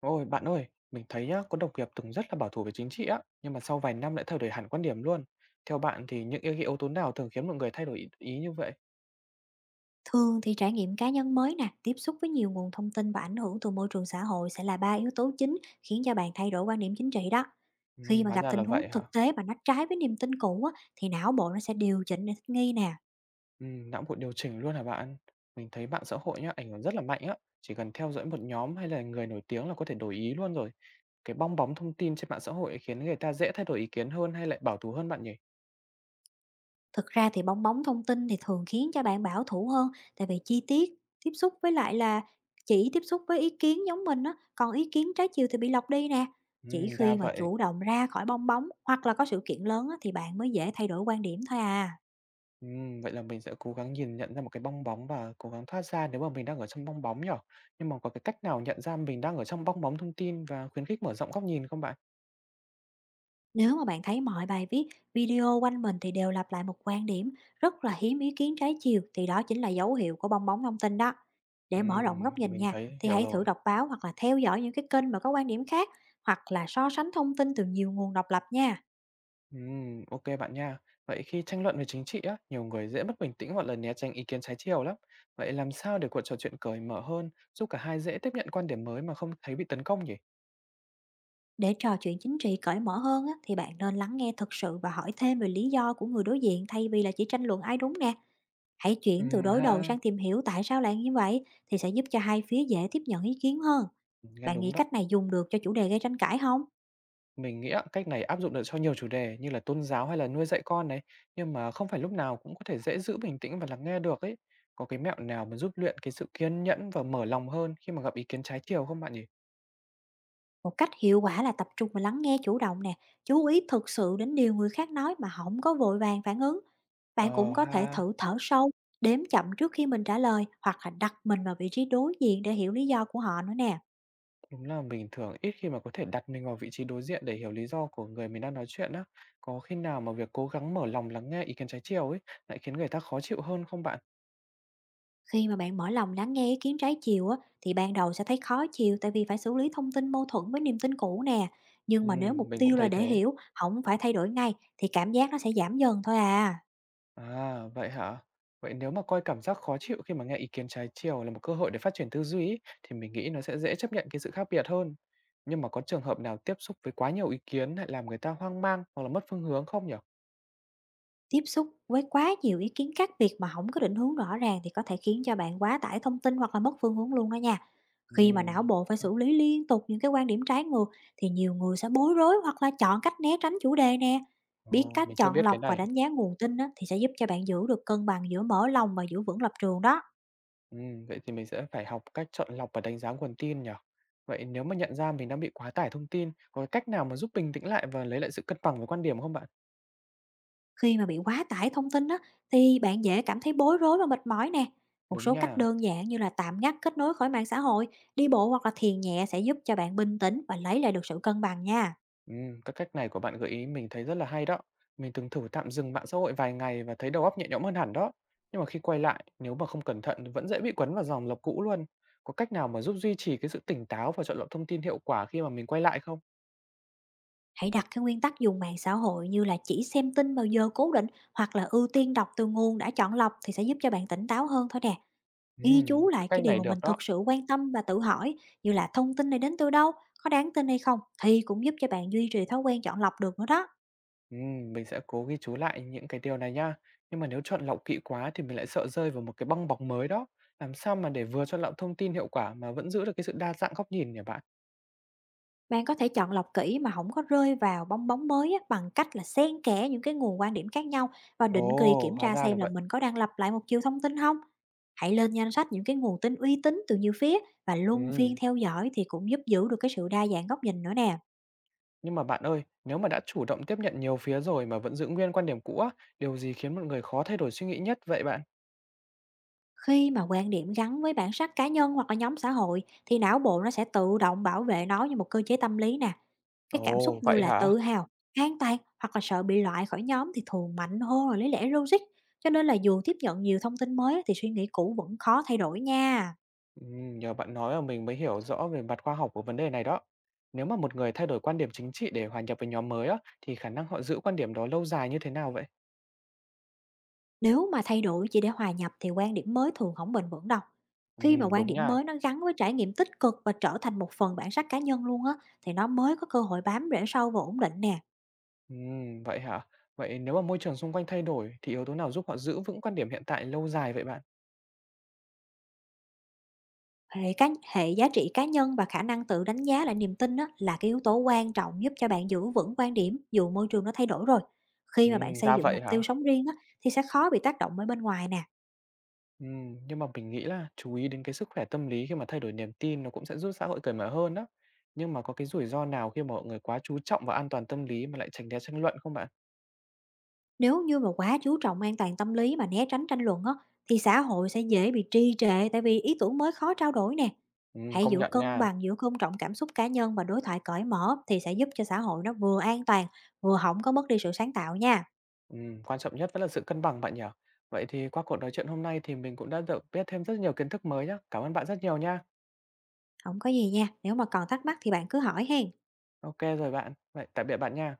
Ôi, bạn ơi, mình thấy nhá, có đồng nghiệp từng rất là bảo thủ về chính trị á, nhưng mà sau vài năm lại thay đổi hẳn quan điểm luôn. Theo bạn thì những yếu yếu tố nào thường khiến mọi người thay đổi ý như vậy? Thường thì trải nghiệm cá nhân mới nè, tiếp xúc với nhiều nguồn thông tin và ảnh hưởng từ môi trường xã hội sẽ là ba yếu tố chính khiến cho bạn thay đổi quan điểm chính trị đó. Ừ, Khi mà hóa gặp ra là tình huống vậy hả? thực tế mà nó trái với niềm tin cũ á, thì não bộ nó sẽ điều chỉnh để thích nghi nè. Ừ, não bộ điều chỉnh luôn hả bạn? Mình thấy mạng xã hội nhá, ảnh hưởng rất là mạnh á. Chỉ cần theo dõi một nhóm hay là người nổi tiếng là có thể đổi ý luôn rồi. Cái bong bóng thông tin trên mạng xã hội khiến người ta dễ thay đổi ý kiến hơn hay lại bảo thủ hơn bạn nhỉ? Thực ra thì bong bóng thông tin thì thường khiến cho bạn bảo thủ hơn tại vì chi tiết, tiếp xúc với lại là chỉ tiếp xúc với ý kiến giống mình á, còn ý kiến trái chiều thì bị lọc đi nè. Ừ, Chỉ ra khi mà vậy. chủ động ra khỏi bong bóng hoặc là có sự kiện lớn á, thì bạn mới dễ thay đổi quan điểm thôi à. Vậy là mình sẽ cố gắng nhìn nhận ra một cái bong bóng và cố gắng thoát ra nếu mà mình đang ở trong bong bóng nhỉ? Nhưng mà có cái cách nào nhận ra mình đang ở trong bong bóng thông tin và khuyến khích mở rộng góc nhìn không bạn? Nếu mà bạn thấy mọi bài viết, video quanh mình thì đều lặp lại một quan điểm, rất là hiếm ý kiến trái chiều thì đó chính là dấu hiệu của bong bóng thông tin đó. Để mở rộng góc nhìn Mình nha, thấy thì hiểu hãy rồi. thử đọc báo hoặc là theo dõi những cái kênh mà có quan điểm khác hoặc là so sánh thông tin từ nhiều nguồn độc lập nha. Ok bạn nha. Vậy khi tranh luận về chính trị á, nhiều người dễ mất bình tĩnh hoặc là né tránh ý kiến trái chiều lắm. Vậy làm sao để cuộc trò chuyện cởi mở hơn, giúp cả hai dễ tiếp nhận quan điểm mới mà không thấy bị tấn công nhỉ? Để trò chuyện chính trị cởi mở hơn á, thì bạn nên lắng nghe thực sự và hỏi thêm về lý do của người đối diện thay vì là chỉ tranh luận ai đúng nè. Hãy chuyển từ đối đầu Ha, sang tìm hiểu tại sao lại như vậy thì sẽ giúp cho hai phía dễ tiếp nhận ý kiến hơn. nghe Bạn nghĩ đúng. cách này dùng được cho chủ đề gây tranh cãi không? Mình nghĩ á, cách này áp dụng được cho nhiều chủ đề như là tôn giáo hay là nuôi dạy con này, nhưng mà không phải lúc nào cũng có thể dễ giữ bình tĩnh và lắng nghe được ấy. Có cái mẹo nào mà giúp luyện cái sự kiên nhẫn và mở lòng hơn khi mà gặp ý kiến trái chiều không bạn nhỉ? Một cách hiệu quả là tập trung và lắng nghe chủ động nè, chú ý thực sự đến điều người khác nói mà không có vội vàng phản ứng. Bạn cũng Ờ có thể ha, thử thở sâu, đếm chậm trước khi mình trả lời hoặc là đặt mình vào vị trí đối diện để hiểu lý do của họ nữa nè. đúng là mình thường ít khi mà có thể đặt mình vào vị trí đối diện để hiểu lý do của người mình đang nói chuyện á. Có khi nào mà việc cố gắng mở lòng lắng nghe ý kiến trái chiều ấy lại khiến người ta khó chịu hơn không bạn? Khi mà bạn mở lòng lắng nghe ý kiến trái chiều á, thì ban đầu sẽ thấy khó chịu tại vì phải xử lý thông tin mâu thuẫn với niềm tin cũ nè. Nhưng Ừ, mà nếu mục mình cũng tiêu là thấy để thế. hiểu, không phải thay đổi ngay, thì cảm giác nó sẽ giảm dần thôi à. À, vậy hả? Vậy nếu mà coi cảm giác khó chịu khi mà nghe ý kiến trái chiều là một cơ hội để phát triển tư duy ấy, thì mình nghĩ nó sẽ dễ chấp nhận cái sự khác biệt hơn. Nhưng mà có trường hợp nào tiếp xúc với quá nhiều ý kiến lại làm người ta hoang mang hoặc là mất phương hướng không nhỉ? Tiếp xúc với quá nhiều ý kiến khác biệt mà không có định hướng rõ ràng thì có thể khiến cho bạn quá tải thông tin hoặc là mất phương hướng luôn đó nha. Khi mà Ừm, não bộ phải à, xử lý liên tục những cái quan điểm trái ngược thì nhiều người sẽ bối rối hoặc là chọn cách né tránh chủ đề nè. Biết Ồ, cách mình chưa chọn biết cái lọc và này. đánh giá nguồn tin á, thì sẽ giúp cho bạn giữ được cân bằng giữa mở lòng và giữ vững lập trường đó. Vậy thì mình sẽ phải học cách chọn lọc và đánh giá nguồn tin nhỉ? Vậy nếu mà nhận ra mình đang bị quá tải thông tin, có cách nào mà giúp bình tĩnh lại và lấy lại sự cân bằng với quan điểm không bạn? Khi mà bị quá tải thông tin á, thì bạn dễ cảm thấy bối rối và mệt mỏi nè. Một Đúng số cách nha. đơn giản như là tạm ngắt kết nối khỏi mạng xã hội, đi bộ hoặc là thiền nhẹ sẽ giúp cho bạn bình tĩnh và lấy lại được sự cân bằng nha. Các cách này của bạn gợi ý mình thấy rất là hay đó. Mình từng thử tạm dừng mạng xã hội vài ngày và thấy đầu óc nhẹ nhõm hơn hẳn đó. Nhưng mà khi quay lại, nếu mà không cẩn thận thì vẫn dễ bị quấn vào dòng lặp cũ luôn. Có cách nào mà giúp duy trì cái sự tỉnh táo và chọn lọc thông tin hiệu quả khi mà mình quay lại không? Hãy đặt cái nguyên tắc dùng mạng xã hội như là chỉ xem tin vào giờ cố định hoặc là ưu tiên đọc từ nguồn đã chọn lọc thì sẽ giúp cho bạn tỉnh táo hơn thôi nè. Ghi chú Các lại cái cách điều này mà mình được đó. thực sự quan tâm và tự hỏi như là thông tin này đến từ đâu, có đáng tin hay không, thì cũng giúp cho bạn duy trì thói quen chọn lọc được nữa đó. Mình sẽ cố ghi chú lại những cái điều này nha. Nhưng mà nếu chọn lọc kỹ quá thì mình lại sợ rơi vào một cái bong bóng mới đó. Làm sao mà để vừa chọn lọc thông tin hiệu quả mà vẫn giữ được cái sự đa dạng góc nhìn nhỉ bạn? Bạn có thể chọn lọc kỹ mà không có rơi vào bong bóng mới á, bằng cách là xen kẽ những cái nguồn quan điểm khác nhau và định kỳ Ồ, kiểm hóa tra ra là xem là vậy. mình có đang lặp lại một chiều thông tin không. Hãy lên danh sách những cái nguồn tin uy tín từ nhiều phía và luân Ừm. phiên theo dõi thì cũng giúp giữ được cái sự đa dạng góc nhìn nữa nè. Nhưng mà bạn ơi, nếu mà đã chủ động tiếp nhận nhiều phía rồi mà vẫn giữ nguyên quan điểm cũ á, điều gì khiến một người khó thay đổi suy nghĩ nhất vậy bạn? Khi mà quan điểm gắn với bản sắc cá nhân hoặc là nhóm xã hội thì não bộ nó sẽ tự động bảo vệ nó như một cơ chế tâm lý nè. Cái cảm xúc Ồ, như vậy là hả? tự hào, an toàn hoặc là sợ bị loại khỏi nhóm thì thường mạnh hơn là lý lẽ logic. Cho nên là dù tiếp nhận nhiều thông tin mới á, thì suy nghĩ cũ vẫn khó thay đổi nha. Nhờ bạn nói mà mình mới hiểu rõ về mặt khoa học của vấn đề này đó. Nếu mà một người thay đổi quan điểm chính trị để hòa nhập với nhóm mới á, thì khả năng họ giữ quan điểm đó lâu dài như thế nào vậy? Nếu mà thay đổi chỉ để hòa nhập thì quan điểm mới thường không bền vững đâu. Khi mà quan Đúng điểm nha. mới nó gắn với trải nghiệm tích cực và trở thành một phần bản sắc cá nhân luôn á, thì nó mới có cơ hội bám rễ sâu và ổn định nè. Vậy hả? Vậy nếu mà môi trường xung quanh thay đổi thì yếu tố nào giúp họ giữ vững quan điểm hiện tại lâu dài vậy bạn? Hệ cá Hệ giá trị cá nhân và khả năng tự đánh giá lại niềm tin á, là cái yếu tố quan trọng giúp cho bạn giữ vững quan điểm dù môi trường nó thay đổi rồi. Khi mà bạn xây Ra dựng vậy mục hả? tiêu sống riêng á, thì sẽ khó bị tác động bởi bên ngoài nè. Nhưng mà mình nghĩ là chú ý đến cái sức khỏe tâm lý khi mà thay đổi niềm tin nó cũng sẽ giúp xã hội cởi mở hơn đó. Nhưng mà có cái rủi ro nào khi mà mọi người quá chú trọng vào an toàn tâm lý mà lại tránh né tranh luận không bạn? Nếu như mà quá chú trọng an toàn tâm lý mà né tránh tranh luận á, thì xã hội sẽ dễ bị trì trệ tại vì ý tưởng mới khó trao đổi nè. Hãy Công giữ nhận cân nha. bằng giữa tôn trọng cảm xúc cá nhân và đối thoại cởi mở thì sẽ giúp cho xã hội nó vừa an toàn vừa không có mất đi sự sáng tạo nha. Quan trọng nhất vẫn là sự cân bằng bạn nhỉ? Vậy thì qua cuộc nói chuyện hôm nay thì mình cũng đã được biết thêm rất nhiều kiến thức mới nhá. Cảm ơn bạn rất nhiều nha. Không có gì nha, nếu mà còn thắc mắc thì bạn cứ hỏi hen. Ok rồi bạn. Vậy tạm biệt bạn nha.